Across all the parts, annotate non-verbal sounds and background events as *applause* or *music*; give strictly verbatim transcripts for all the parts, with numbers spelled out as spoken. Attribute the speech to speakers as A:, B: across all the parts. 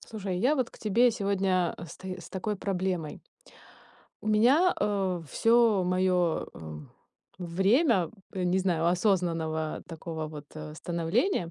A: Слушай, я вот к тебе сегодня с, та- с такой проблемой. У меня все мое время, э, не знаю, осознанного такого вот э, становления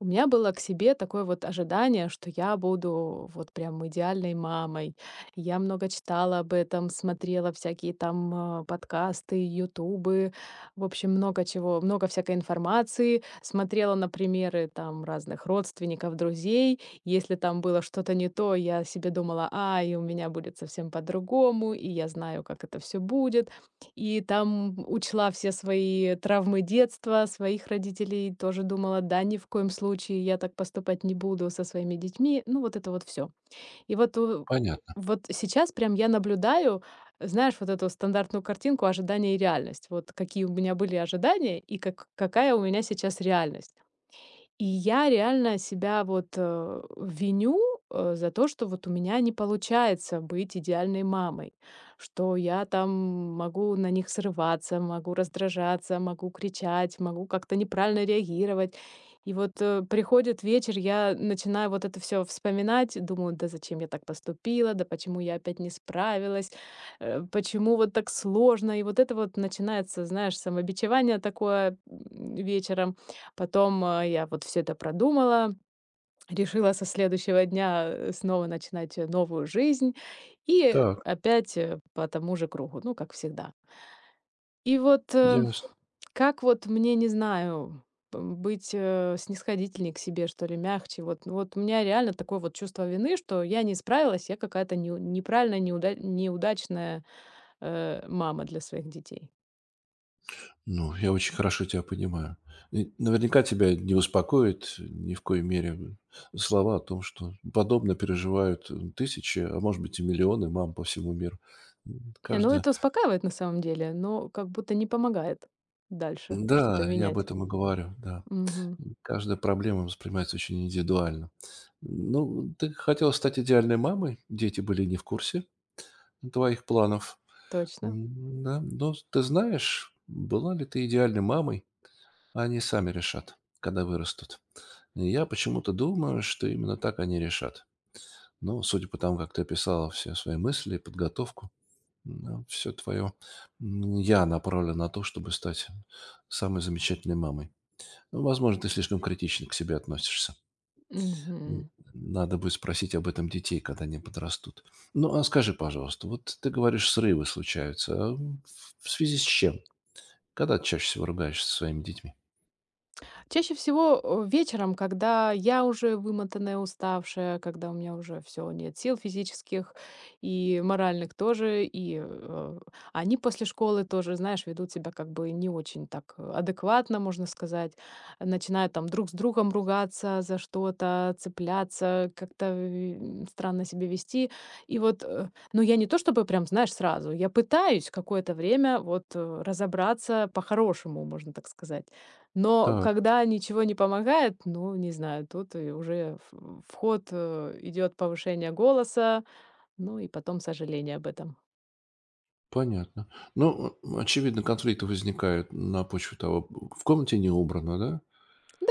A: у меня было к себе такое вот ожидание, что я буду вот прям идеальной мамой. Я много читала об этом, смотрела всякие там э, подкасты, ютубы, в общем, много чего, много всякой информации. Смотрела на примеры там разных родственников, друзей. Если там было что-то не то, я себе думала, а, и у меня будет совсем по-другому, и я знаю, как это все будет. И там учла все свои травмы детства, своих родителей, тоже думала: "Да, ни в коем случае я так поступать не буду со своими детьми". Ну, вот это вот все. И вот у
B: Понятно.
A: вот сейчас прям я наблюдаю, знаешь, вот эту стандартную картинку ожидания и реальность. Вот какие у меня были ожидания и как какая у меня сейчас реальность. И я реально себя вот, э, виню, э, за то, что вот у меня не получается быть идеальной мамой, что я там могу на них срываться, могу раздражаться, могу кричать, могу как-то неправильно реагировать. И вот, э, приходит вечер, я начинаю вот это все вспоминать, думаю: "Да зачем я так поступила? Да почему я опять не справилась? Э, почему вот так сложно?" И вот это вот начинается, знаешь, самобичевание такое, м, вечером. Потом, а, я вот все это продумала, решила со следующего дня, э, снова начинать, э, новую жизнь и
B: Так,
A: опять, э, по тому же кругу, ну, как всегда. И вот, э,
B: ясно.
A: как вот мне, не знаю, м, быть, э, снисходительней к себе, что ли, мягче. Вот ну вот у меня реально такое вот чувство вины, что я не справилась, я какая-то неу неправильная, неуда неудачная, э, мама для своих детей.
B: Ну, я очень хорошо тебя понимаю. И наверняка тебя не успокоит ни в коей мере слова о том, что подобно переживают э, тысячи, а может быть и миллионы мам по всему миру. М,
A: Не, ну
B: Каждая...
A: это успокаивает на самом деле, но как будто не помогает дальше что-то
B: Да, я об
A: менять.
B: этом и говорю, да.
A: Мгм.
B: Каждая проблема воспринимается очень индивидуально. Ну, ты хотела стать идеальной мамой, дети были не в курсе твоих планов.
A: Точно.
B: М, Да, но ты знаешь, была ли ты идеальной мамой, они сами решат, когда вырастут. И я почему-то думаю, что именно так они решат. Но судя по тому, как ты описала все свои мысли и подготовку, все твое я направлено на то, чтобы стать самой замечательной мамой. Ну, возможно, ты слишком критично к себе относишься. М,
A: Мгм.
B: Надо будет спросить об этом детей, когда они подрастут. Ну, а скажи, пожалуйста, вот ты говоришь, срывы случаются. А в в связи с чем? Когда ты чаще всего ругаешься со своими детьми?
A: Чаще всего, э, вечером, когда я уже вымотанная, уставшая, когда у меня уже все нет сил физических и моральных тоже, и, э, они после школы тоже, знаешь, ведут себя как бы не очень так э, адекватно, можно сказать. Начинают там друг с другом ругаться за что-то, цепляться, как-то, м, странно себя вести. И вот, э, ну, я не то чтобы прям, знаешь, сразу, я пытаюсь какое-то время вот, э, разобраться по-хорошему, можно так сказать. Но
B: Так.
A: когда ничего не помогает, ну, не знаю, тут и уже в в ход, э, идет повышение голоса, ну и потом сожаление об этом.
B: Понятно. Ну, э, очевидно, конфликты возникают на почве того, в комнате не убрано, да,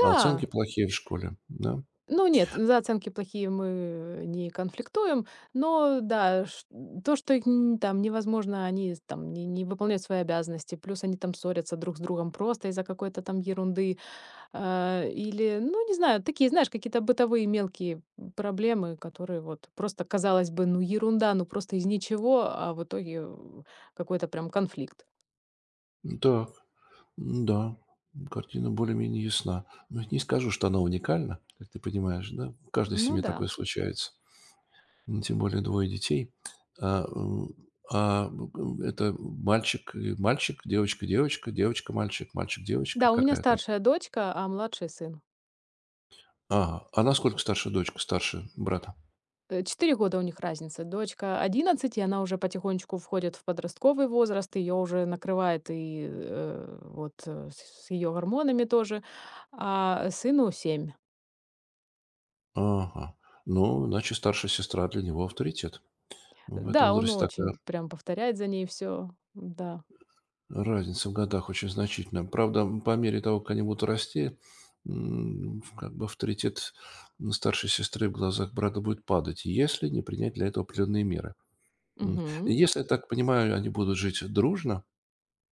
B: а оценки плохие в школе, да.
A: ну нет, за оценки плохие мы э, не конфликтуем, но да, ш то, что их н там невозможно, они там не не выполняют свои обязанности, плюс они там ссорятся друг с другом просто из-за какой-то там ерунды. А, или, ну, не знаю, такие, знаешь, какие-то бытовые мелкие проблемы, которые вот просто, казалось бы, ну, ерунда, ну, просто из ничего, а в итоге м, какой-то прям конфликт.
B: Так, да, картина более-менее ясна. Но не скажу, что она уникальна, как ты понимаешь, да. В каждой
A: Ну
B: семье
A: да.
B: такое случается, м, тем более двое детей. А, м, а, м, это мальчик и мальчик, девочка девочка, девочка мальчик, мальчик девочка.
A: Да, у меня
B: Какая там?
A: старшая дочка, а младший сын.
B: Ага. А насколько старше дочка, старше брата?
A: Э, Четыре года у них разница. Дочка одиннадцать, и она уже потихонечку входит в подростковый возраст, ее уже накрывает и э, вот э, с ее гормонами тоже. А сыну семь.
B: Ага. Ну, иначе старшая сестра для него авторитет. В этом
A: Да, он
B: возрасте
A: очень
B: такая
A: прям повторяет за ней все. Да.
B: разница в годах очень значительная. Правда, м, по мере того, как они будут расти, м, в- как бы авторитет м, старшей сестры в глазах брата будет падать, если не принять для этого определенные меры. М,
A: Мгм.
B: Если, я так понимаю, они будут жить дружно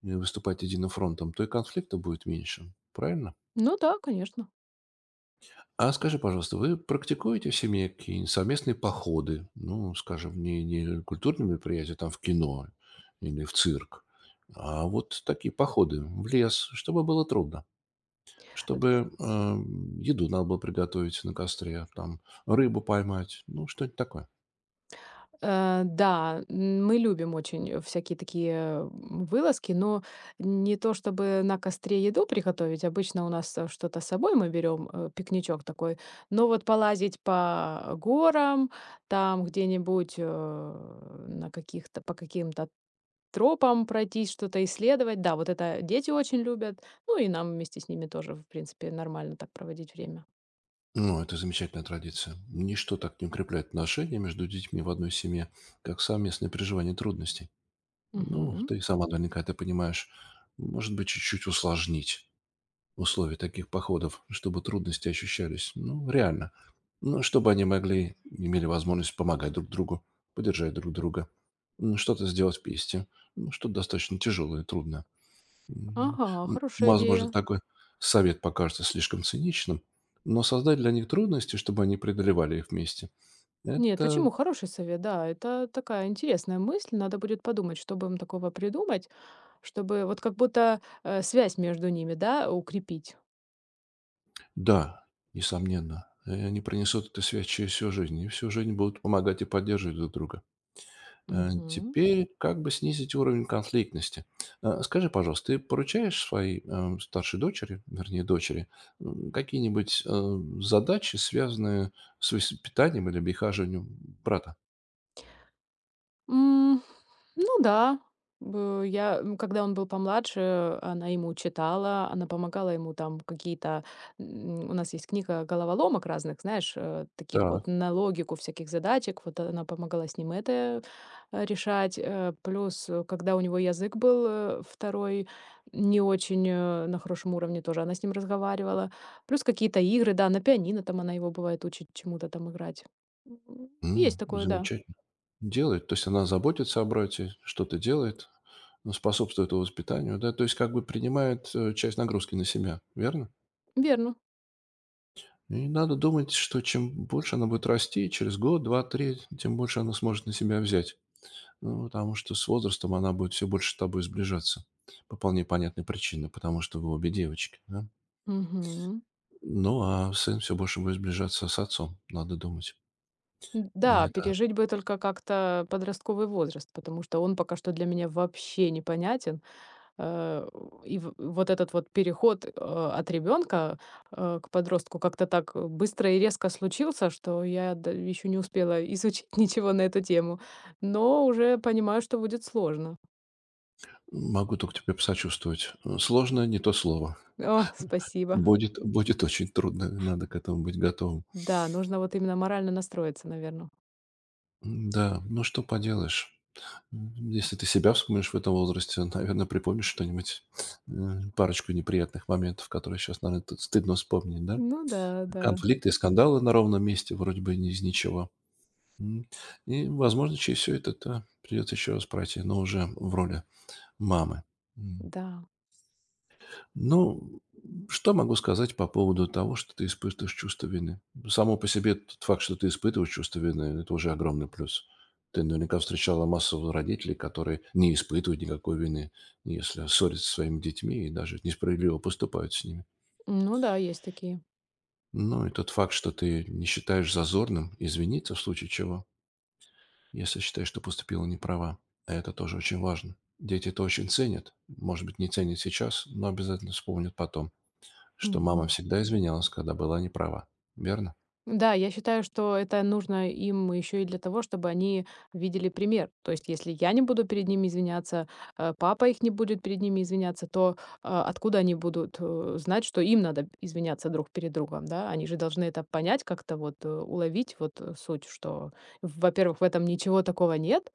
B: и выступать единым фронтом, то и конфликта будет меньше. Правильно?
A: Ну да, конечно.
B: А скажи, пожалуйста, вы практикуете в семье какие-нибудь совместные походы? Ну, скажем, не, не культурные мероприятия там в кино или в цирк, а вот такие походы в лес, чтобы было трудно, чтобы эм, еду надо было приготовить на костре, там рыбу поймать, ну, что-нибудь такое.
A: Э, да, м, мы любим очень э, всякие такие м, вылазки, но не то чтобы на костре еду приготовить. Обычно у нас э, что-то с собой мы берем, э, пикничок такой. Но вот полазить по горам, там где-нибудь э, на каких-то по каким-то тропам пройтись, что-то исследовать. Да, вот это дети очень любят. Ну и нам вместе с ними тоже, в принципе, нормально так проводить время.
B: Ну, это замечательная традиция. Ничто так не укрепляет отношения между детьми в одной семье, как совместное переживание трудностей. Ну,
A: Мгм.
B: ты сама наверняка это понимаешь. Может быть, чуть-чуть усложнить условий таких походов, чтобы трудности ощущались, ну, реально. Ну, чтобы они могли, имели возможность помогать друг другу, поддержать друг друга, м, что-то сделать вместе, ну, что-то достаточно тяжелое и трудное. М,
A: Ага,
B: м,
A: хорошая
B: Возможно,
A: идея.
B: такой совет покажется слишком циничным, но создать для них трудности, чтобы они преодолевали их вместе,
A: Нет,
B: это,
A: почему? Хороший совет, да. Это такая интересная мысль. Надо будет подумать, что бы им такого придумать, чтобы вот как будто э, связь между ними, да, укрепить.
B: да, несомненно, э, они принесут эту связь через всю жизнь, и всю жизнь будут помогать и поддерживать друг друга. Э,
A: Мгм.
B: Теперь как бы снизить уровень конфликтности. Э, Скажи, пожалуйста, ты поручаешь своей эм, старшей дочери, вернее, дочери, м, какие-нибудь э, задачи, связанные с воспитанием или обихаживанием брата?
A: Ну да, б я, м, когда он был помладше, она ему читала, она помогала ему там какие-то, м, у нас есть книга головоломок разных, знаешь, э, таких
B: Так,
A: вот на логику всяких задачек, вот она помогала с ним это э, решать. Э, Плюс, э, когда у него язык был э, второй, не очень э, на хорошем уровне тоже, она с ним разговаривала. Плюс какие-то игры, да, на пианино там она его бывает учит чему-то там играть. М, Есть
B: М,
A: такое, да.
B: замечательно. Делает. То есть она заботится о брате, что-то делает, ну, способствует его воспитанию, да, то есть как бы принимает э, часть нагрузки на себя, верно?
A: Верно.
B: И надо думать, что чем больше она будет расти, через год, два, три, тем больше она сможет на себя взять. Ну, потому что с возрастом она будет все больше с тобой сближаться. По вполне понятной причине, потому что вы обе девочки, да?
A: Мгм.
B: Ну, а сын все больше будет сближаться с отцом, надо думать.
A: Н-
B: И
A: Да,
B: это
A: пережить бы только как-то подростковый возраст, потому что он пока что для меня вообще непонятен. Э, И в- вот этот вот переход э, от ребенка к подростку как-то так быстро и резко случился, что я еще не успела изучить *laughs* ничего на эту тему, но уже понимаю, что будет сложно.
B: могу только тебе посочувствовать. Э, Сложно не то слово.
A: О, спасибо.
B: Будет, будет очень трудно, надо к этому быть готовым.
A: Да, нужно вот именно морально настроиться, наверное.
B: Да, ну что поделаешь. М, Если ты себя вспомнишь в этом возрасте, наверное, припомнишь что-нибудь, э, парочку неприятных моментов, которые сейчас, наверное, стыдно вспомнить, да?
A: Ну да, да,
B: Конфликты и скандалы на ровном месте, вроде бы не из ничего. М. И, возможно, через все это та придется еще раз пройти, но уже в роли мамы. М.
A: да.
B: Ну, что могу сказать по поводу того, что ты испытываешь чувство вины? Само по себе тот факт, что ты испытываешь чувство вины, это уже огромный плюс. Ты наверняка встречала массу родителей, которые не испытывают никакой вины, если ссорятся со своими детьми и даже несправедливо поступают с ними.
A: Ну да, есть такие.
B: Ну и тот факт, что ты не считаешь зазорным извиниться в случае чего, если считаешь, что поступила неправа. Это тоже очень важно. Дети это очень ценят. Может быть, не ценят сейчас, но обязательно вспомнят потом, что мама
A: Мгм.
B: всегда извинялась, когда была неправа. Верно?
A: Да, я считаю, что это нужно им еще и для того, чтобы они видели пример. То есть, если я не буду перед ними извиняться, э, папа их не будет перед ними извиняться, то э, откуда они будут э, знать, что им надо извиняться друг перед другом, да? Они же должны это понять, как-то вот э, уловить вот э, суть, что, во-первых, в этом ничего такого нет,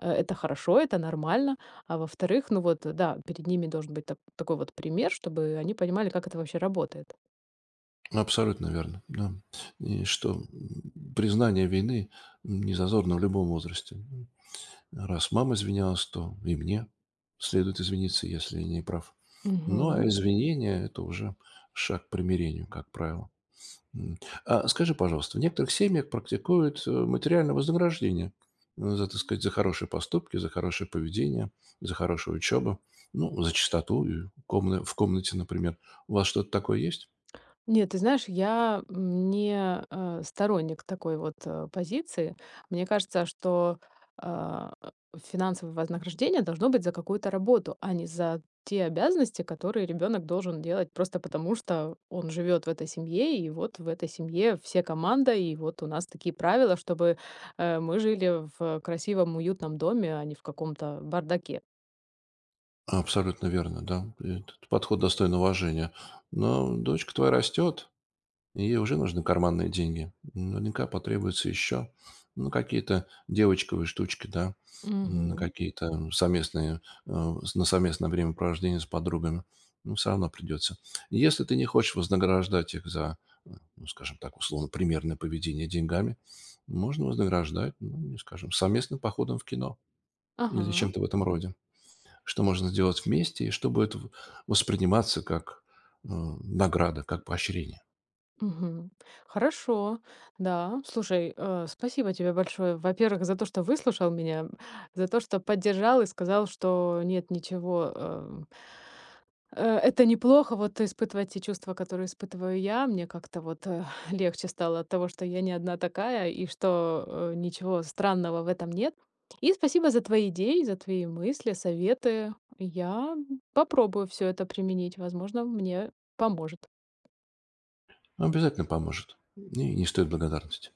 A: э, это хорошо, это нормально, а во-вторых, ну вот, э, да, перед ними должен быть так- такой вот пример, чтобы они понимали, как это вообще работает.
B: Абсолютно верно, да. И что м, признание вины м, не зазорно в любом возрасте. Раз мама извинялась, то и мне следует извиниться, если я не прав. Ну,
A: Мгм.
B: а извинение– это уже шаг к примирению, как правило. М. А скажи, пожалуйста, в некоторых семьях практикуют э, материальное вознаграждение э, за, так сказать, за хорошие поступки, за хорошее поведение, за хорошую учебу, ну, за чистоту и комна- в комнате, например. У вас что-то такое есть?
A: Нет, ты знаешь, я, не, э, сторонник такой вот, э, позиции. Мне кажется, что, а, финансовое вознаграждение должно быть за какую-то работу, а не за те обязанности, которые ребенок должен делать просто потому, что он живет в этой семье, и вот в этой семье все команда, и вот у нас такие правила, чтобы, э, мы жили в красивом, уютном доме, а не в каком-то бардаке.
B: Абсолютно верно, да. Этот подход достоин уважения. Но дочка твоя растет, и ей уже нужны карманные деньги. Наверняка потребуется еще, ну, какие-то девочковые штучки, да, на
A: Мгм.
B: какие-то совместные, э, с- на совместное времяпровождение с подругами. Ну, все равно придется. Если ты не хочешь вознаграждать их за, э, ну, скажем так, условно, примерное поведение деньгами, можно вознаграждать, ну, не скажем, совместным походом в кино или
A: Ага.
B: чем-то в этом роде. Что можно сделать вместе и что будет в- восприниматься как э, награда, как поощрение.
A: Мгм. Хорошо, да. Слушай, э, спасибо тебе большое. Во-первых, за то, что выслушал меня, за то, что поддержал и сказал, что нет ничего, эм, э, это неплохо вот испытывать те чувства, которые испытываю я. Мне как-то вот э, *laughs* легче стало от того, что я не одна такая и что э, ничего странного в этом нет. И спасибо за твои идеи, за твои мысли, советы. Я попробую все это применить. Возможно, мне поможет.
B: Ну, обязательно поможет. И не стоит благодарности.